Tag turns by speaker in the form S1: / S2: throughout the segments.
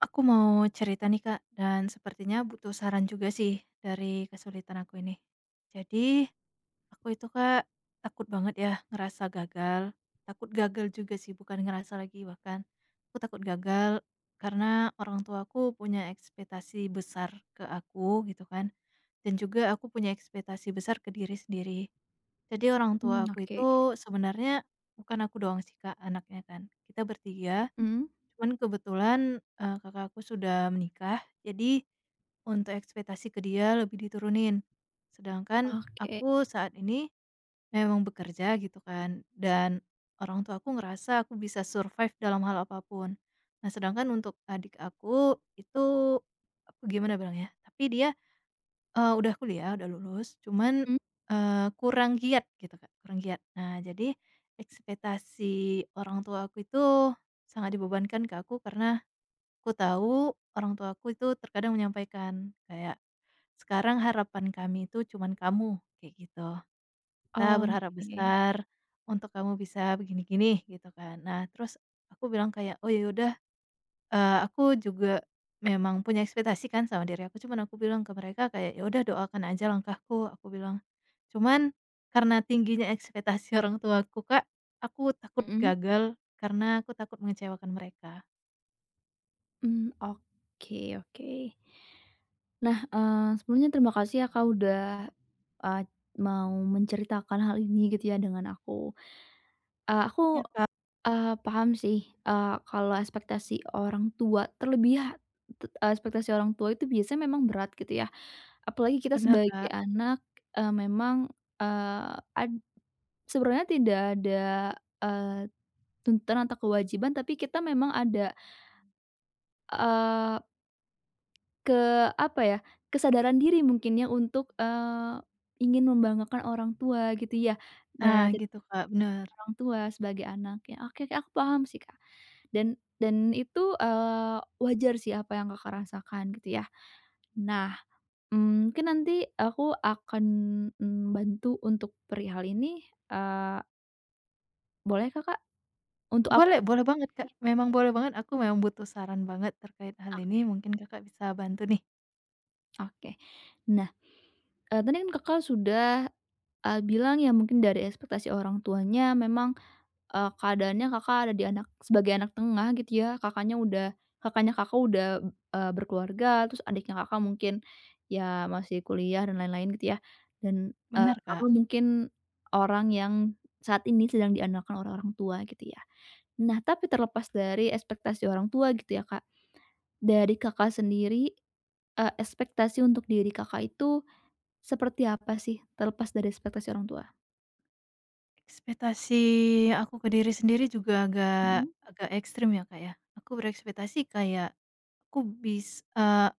S1: Aku mau cerita nih Kak, dan sepertinya butuh saran juga sih dari kesulitan aku ini. Jadi, aku itu Kak, takut banget ya ngerasa gagal. Takut gagal juga sih, bukan ngerasa lagi bahkan. Aku takut gagal karena orang tuaku punya ekspektasi besar ke aku gitu kan. Dan juga aku punya ekspektasi besar ke diri sendiri. Jadi orang
S2: Mmm,
S1: tua aku
S2: oke.
S1: itu sebenarnya bukan aku doang sih Kak anaknya kan. Kita bertiga.
S2: Mhm.
S1: Cuman kebetulan, kakak aku sudah menikah, jadi untuk ekspektasi ke dia lebih diturunin. Sedangkan
S2: Oke.
S1: aku saat ini memang bekerja gitu kan, dan orang tua aku ngerasa aku bisa survive dalam hal apapun. Nah, sedangkan untuk adik aku itu, aku gimana bilangnya, tapi dia, udah kuliah, udah lulus, cuman,
S2: Mhm.
S1: kurang giat gitu Kak, kurang giat. Nah, jadi ekspektasi orang tua aku itu sangat dibebankan ke aku karena aku tahu orang tuaku itu terkadang menyampaikan kayak, "Sekarang harapan kami itu cuman kamu," kayak gitu. "Kita berharap
S2: Oke.
S1: besar untuk kamu bisa begini-gini," gitu kan. Nah, terus aku bilang kayak, "Oh, ya udah," aku juga memang punya ekspektasi kan sama diri aku, cuman aku bilang ke mereka kayak, "Ya udah doakan aja langkahku," aku bilang. Cuman karena tingginya ekspektasi orang tuaku, Kak, aku takut
S2: Mhm.
S1: gagal karena aku takut mengecewakan mereka.
S2: Mmm, oke oke. Nah, sebelumnya terima kasih ya Kak udah, eee, mau menceritakan hal ini gitu ya dengan aku. Aku,
S1: Ya Kak,
S2: paham sih, kalau ekspektasi orang tua terlebih ha te eee, ekspektasi orang tua itu biasanya memang berat gitu ya. Apalagi kita
S1: benar
S2: sebagai
S1: Kak.
S2: anak, memang, eee, ad sebenarnya tidak ada, eee tuntutan atau kewajiban, tapi kita memang ada, eee, ke apa ya, kesadaran diri mungkin ya untuk, ingin membanggakan orang tua gitu ya,
S1: Nah
S2: dari
S1: gitu Kak, bener.
S2: orang tua sebagai anak ya. Oke oke, aku paham sih, Kak. Dan itu, wajar sih apa yang Kakak rasakan gitu ya. Nah, mungkin nanti aku akan, bantu untuk perihal ini, eee, bolehkah, Kak? Untuk aku
S1: Boleh boleh banget Kak,
S2: sih.
S1: memang boleh banget, aku memang butuh saran banget terkait hal
S2: ak
S1: ini, mungkin Kakak bisa bantu nih.
S2: Oke. Nah, tadi kan Kakak sudah, bilang ya mungkin dari ekspektasi orang tuanya memang, keadaannya Kakak ada di anak sebagai anak tengah gitu ya, kakaknya Kakak udah, berkeluarga, terus adiknya Kakak mungkin ya masih kuliah dan lain-lain gitu ya. Dan,
S1: Bener Kak,
S2: Kakak mungkin orang yang saat ini sedang diandalkan orang orang tua gitu ya. Nah, tapi terlepas dari ekspektasi orang tua gitu ya, Kak, dari Kakak sendiri, ekspektasi untuk diri Kakak itu seperti apa sih, terlepas dari ekspektasi orang tua?
S1: ekspektasi aku ke diri sendiri juga agak
S2: Mhm,
S1: agak ekstrim ya Kak ya. Aku berekspektasi kayak, aku bis eh,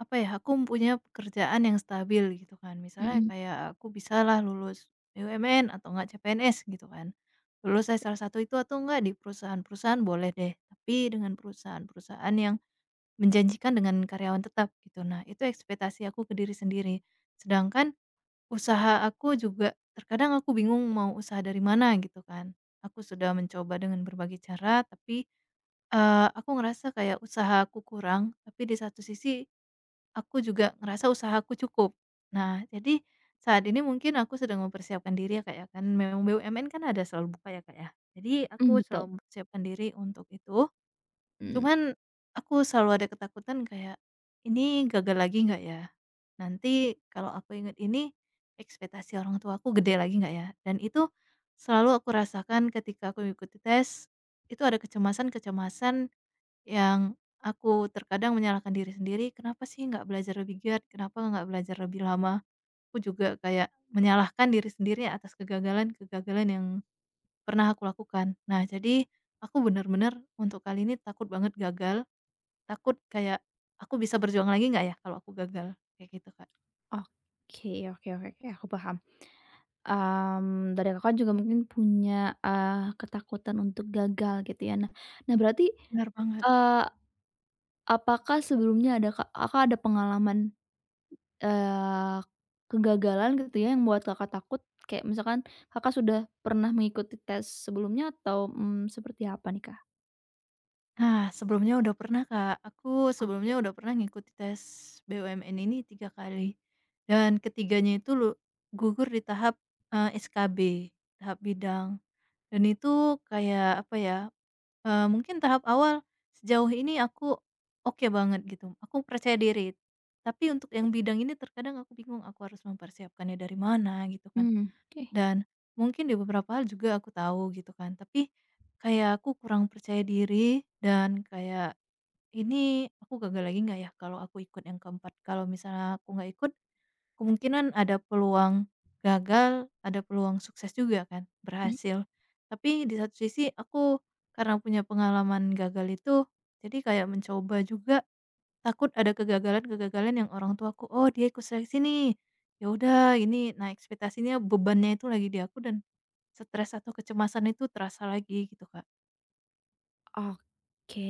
S1: apa ya, aku punya pekerjaan yang stabil gitu kan, misalnya
S2: mhm,
S1: kayak aku bisalah lulus BUMN atau enggak CPNS gitu kan. Lulus saya salah satu itu atau enggak di perusahaan-perusahaan boleh deh, tapi dengan perusahaan-perusahaan yang menjanjikan dengan karyawan tetap gitu. Nah, itu ekspektasi aku ke diri sendiri. Sedangkan usaha aku juga terkadang aku bingung mau usaha dari mana gitu kan. Aku sudah mencoba dengan berbagai cara tapi, aku ngerasa kayak usaha aku kurang, tapi di satu sisi aku juga ngerasa usahaku cukup. Nah, jadi saat ini mungkin aku sedang mempersiapkan diri ya, Kak, ya, kan memang BUMN kan ada selalu buka ya, Kak, ya. Jadi
S2: mhm,
S1: aku
S2: betul,
S1: selalu mempersiapkan diri untuk itu,
S2: mmm,
S1: cuman aku selalu ada ketakutan kayak, "Ini gagal lagi nggak ya? Nanti kalau aku ingat ini, ekspektasi orang tua aku gede lagi nggak ya?" Dan itu selalu aku rasakan ketika aku mengikuti tes, itu ada kecemasan-kecemasan yang aku terkadang menyalahkan diri sendiri, "Kenapa sih nggak belajar lebih giat? Kenapa nggak belajar lebih lama?" Aku juga kayak menyalahkan diri sendiri atas kegagalan-kegagalan yang pernah aku lakukan. Nah, jadi aku benar-benar untuk kali ini takut banget gagal. Takut kayak, "Aku bisa berjuang lagi nggak ya kalau aku gagal?" Kayak gitu, Kak.
S2: oke oke oke oke, aku paham. Dari Kakak juga mungkin punya, ketakutan untuk gagal gitu ya. Nah nah berarti,
S1: Benar banget.
S2: eee, apakah sebelumnya ada Kakak ada pengalaman, eee, kegagalan gitu ya yang membuat Kakak takut? Kayak misalkan Kakak sudah pernah mengikuti tes sebelumnya atau, seperti apa nih, Kak?
S1: Nah, sebelumnya udah pernah, Kak. Aku
S2: Oke,
S1: sebelumnya udah pernah ngikuti tes BUMN ini 3 kali, dan ketiganya itu gugur di tahap, SKB, tahap bidang. Dan itu kayak apa ya, mungkin tahap awal sejauh ini aku oke banget gitu, aku percaya diri. Tapi untuk yang bidang ini terkadang aku bingung aku harus mempersiapkannya dari mana gitu kan.
S2: mmm, oke.
S1: Dan mungkin di beberapa hal juga aku tahu gitu kan, tapi kayak aku kurang percaya diri dan kayak, "Ini aku gagal lagi nggak ya kalau aku ikut yang keempat?" Kalau misalnya aku nggak ikut, kemungkinan ada peluang gagal, ada peluang sukses juga kan, berhasil. Tapi di satu sisi aku karena punya pengalaman gagal itu, jadi kayak mencoba juga takut ada kegagalan-kegagalan yang orang tua aku, "Oh, dia ikut seleksi nih, ya udah ini." Nah, ekspektasinya bebannya itu lagi di aku dan stres atau kecemasan itu terasa lagi gitu, Kak.
S2: Oke.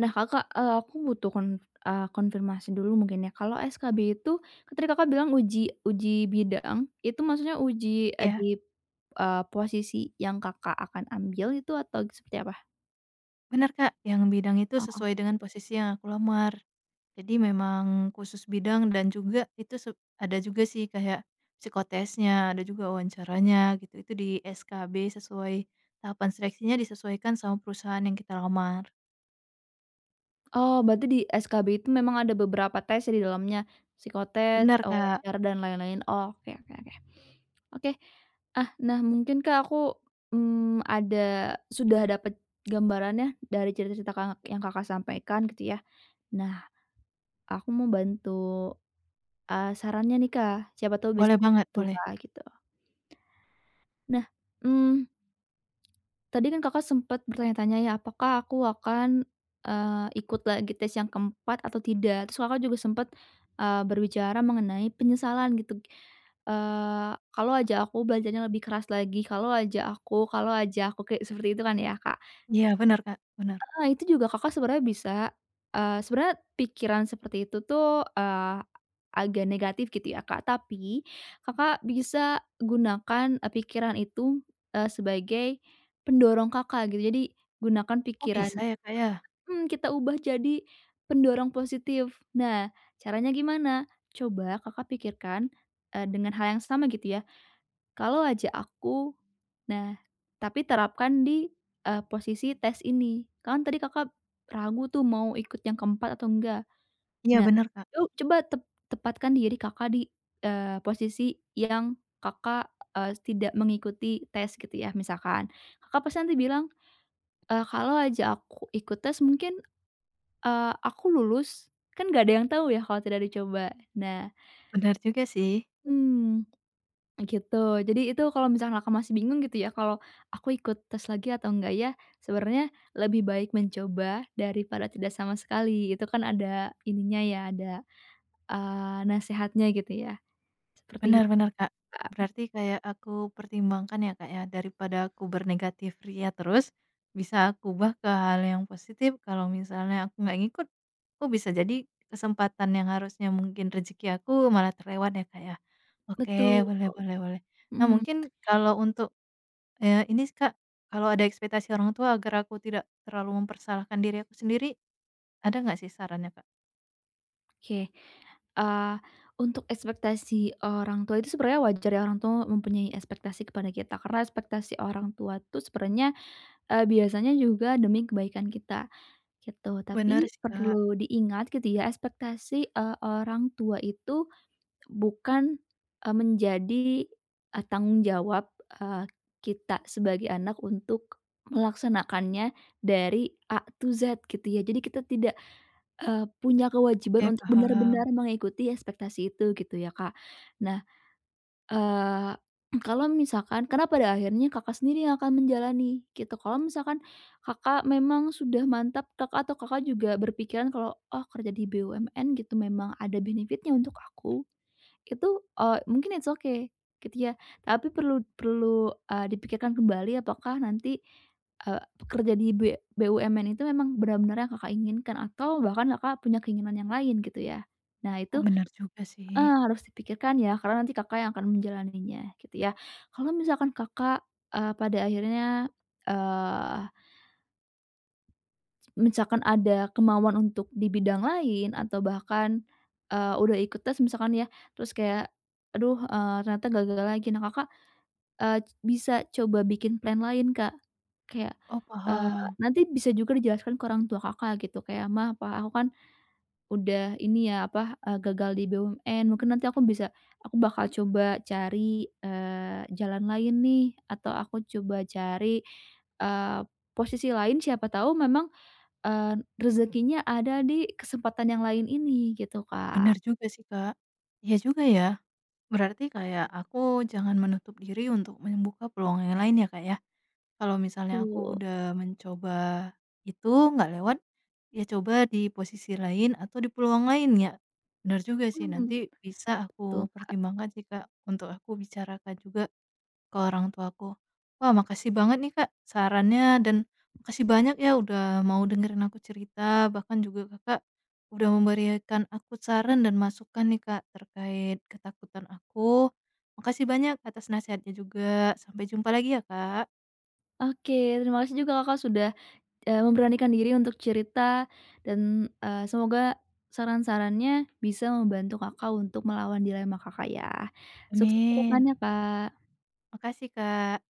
S2: Nah Kakak, aku butuh konfirmasi dulu mungkin ya, kalau SKB itu ketika Kakak bilang uji uji bidang, itu maksudnya uji, di,
S1: Iya,
S2: posisi yang Kakak akan ambil itu atau seperti
S1: benar Kak. Yang bidang itu
S2: apa?
S1: sesuai dengan posisi yang aku lamar. Jadi memang khusus bidang dan juga itu ada juga sih kayak psikotesnya, ada juga wawancaranya gitu. Itu di SKB sesuai tahapan seleksinya disesuaikan sama perusahaan yang kita lamar.
S2: Oh, berarti di SKB itu memang ada beberapa tes ya di dalamnya, psikotes,
S1: Benar
S2: oh,
S1: Kak.
S2: wawancara, dan lain-lain. Oh Oke oke oke. Oke, ah, nah mungkin Kak aku, mmm, ada sudah dapat gambarannya dari cerita-cerita Kakak yang Kakak sampaikan gitu ya. Nah, aku mau bantu, sarannya nih Kak, siapa tahu bisa
S1: Boleh banget,
S2: membantu
S1: boleh.
S2: Kak gitu. Nah, mmm, Tadi kan Kakak sempat bertanya-tanya ya, apakah aku akan, ikut lagi tes yang keempat atau tidak? Terus Kakak juga sempat berbicara mengenai penyesalan gitu, kalau aja aku belajarnya lebih keras lagi, kalau aja aku, kayak seperti itu kan ya, Kak?
S1: Iya benar Kak, benar.
S2: Heeh, itu juga Kakak sebenarnya bisa, sebenarnya pikiran seperti itu tuh, agak negatif gitu ya, Kak. Tapi Kakak bisa gunakan, pikiran itu, sebagai pendorong Kakak gitu. Jadi gunakan
S1: Oh
S2: pikiran
S1: bisa
S2: itu
S1: ya, Kak, ya?
S2: kita ubah jadi pendorong positif. Nah, caranya gimana? Coba Kakak pikirkan, dengan hal yang sama gitu ya. Kalau aja aku nah, tapi terapkan di, posisi tes ini. Kan tadi Kakak ragu tuh mau ikut yang keempat atau enggak.
S1: Iya
S2: Nah,
S1: benar Kak.
S2: yuk coba tepatkan diri Kakak di, posisi yang Kakak, tidak mengikuti tes gitu ya misalkan. Kakak pasti nanti bilang, "Kalau aja aku ikut tes mungkin, aku lulus." Kan nggak ada yang tahu ya kalau tidak dicoba. Nah
S1: Benar juga sih.
S2: hmm. Gitu. Jadi itu kalau misalkan Kakak masih bingung gitu ya, kalau aku ikut tes lagi atau enggak ya, sebenarnya lebih baik mencoba daripada tidak sama sekali. Itu kan ada ininya ya, ada, eee, nasehatnya gitu ya. Seperti itu,
S1: Benar-benar Kak.
S2: Kak.
S1: Berarti kayak aku pertimbangkan ya, Kak, ya, daripada aku bernegatif ria terus, bisa aku ubah ke hal yang positif kalau misalnya aku nggak ngikut, aku bisa jadi kesempatan yang harusnya mungkin rezeki aku malah terlewat ya, Kak, ya. Oke,
S2: Betul.
S1: boleh boleh boleh. Nah
S2: Mhm,
S1: mungkin kalau untuk, ini Kak, kalau ada ekspektasi orang tua agar aku tidak terlalu mempersalahkan diri aku sendiri, ada nggak sih sarannya, Kak?
S2: oke. Eee, untuk ekspektasi orang tua itu sebenarnya wajar ya, orang tua mempunyai ekspektasi kepada kita, karena ekspektasi orang tua tuh sebenarnya, biasanya juga demi kebaikan kita. Gitu,
S1: Benar
S2: tapi
S1: sih, Kak.
S2: perlu diingat gitu ya ekspektasi, orang tua itu bukan, menjadi, tanggung jawab, eee, kita sebagai anak untuk melaksanakannya dari A to Z gitu ya. Jadi kita tidak, punya kewajiban
S1: Oke,
S2: untuk
S1: paham.
S2: benar-benar mengikuti ekspektasi itu gitu ya, Kak. Nah Eee, kalau misalkan karena pada akhirnya Kakak sendiri yang akan menjalani gitu. Kalau misalkan Kakak memang sudah mantap, Kakak atau Kakak juga berpikiran kalau, "Oh kerja di BUMN gitu memang ada benefit-nya untuk aku," itu, mungkin it's okay gitu ya. Tapi perlu perlu, dipikirkan kembali apakah nanti, eee, kerja di BUMN itu memang benar-benar yang Kakak inginkan atau bahkan Kakak punya keinginan yang lain gitu ya. Nah
S1: Oh,
S2: itu
S1: benar juga sih.
S2: Harus dipikirkan ya, karena nanti Kakak yang akan menjalaninya, gitu ya. Kalau misalkan Kakak, pada akhirnya, eee, misalkan ada kemauan untuk di bidang lain atau bahkan, udah ikut tes misalkan ya, terus kayak, "Aduh, ternyata gagal lagi." Nah, Kakak, eee, bisa coba bikin plan lain, Kak. Kayak,
S1: Oh,
S2: eee,
S1: paham.
S2: nanti bisa juga dijelaskan ke orang tua Kakak gitu, kayak, Mah, Pa, aku kan udah ini ya, apa, gagal di BUMN, mungkin nanti aku bakal coba cari, jalan lain nih, atau aku coba cari, eee, posisi lain siapa tahu memang, rezekinya ada di kesempatan yang lain ini gitu,
S1: Benar
S2: Kak.
S1: juga sih, Kak. Iya juga ya. Berarti kayak aku jangan menutup diri untuk membuka peluang yang lain ya, Kak, ya. Kalau misalnya aku
S2: Tuh,
S1: udah mencoba itu nggak lewat, ya coba di posisi lain atau di peluang lain ya. Benar juga sih
S2: mhm,
S1: nanti bisa
S2: betul,
S1: aku
S2: Kak.
S1: pertimbangkan sih, Kak, untuk aku bicarakan juga ke orang tuaku. Wah, makasih banget nih, Kak, sarannya dan makasih banyak ya udah mau dengerin aku cerita, bahkan juga Kakak udah memberikan aku saran dan masukan nih, Kak, terkait ketakutan aku. Makasih banyak atas nasihatnya juga. Sampai jumpa lagi ya, Kak.
S2: Oke, terima kasih juga Kakak sudah memberanikan diri untuk cerita dan, semoga saran-sarannya bisa membantu Kakak untuk melawan dilema Kakak ya. Sukses ke
S1: Amin.
S2: depannya, Kak.
S1: Makasih, Kak.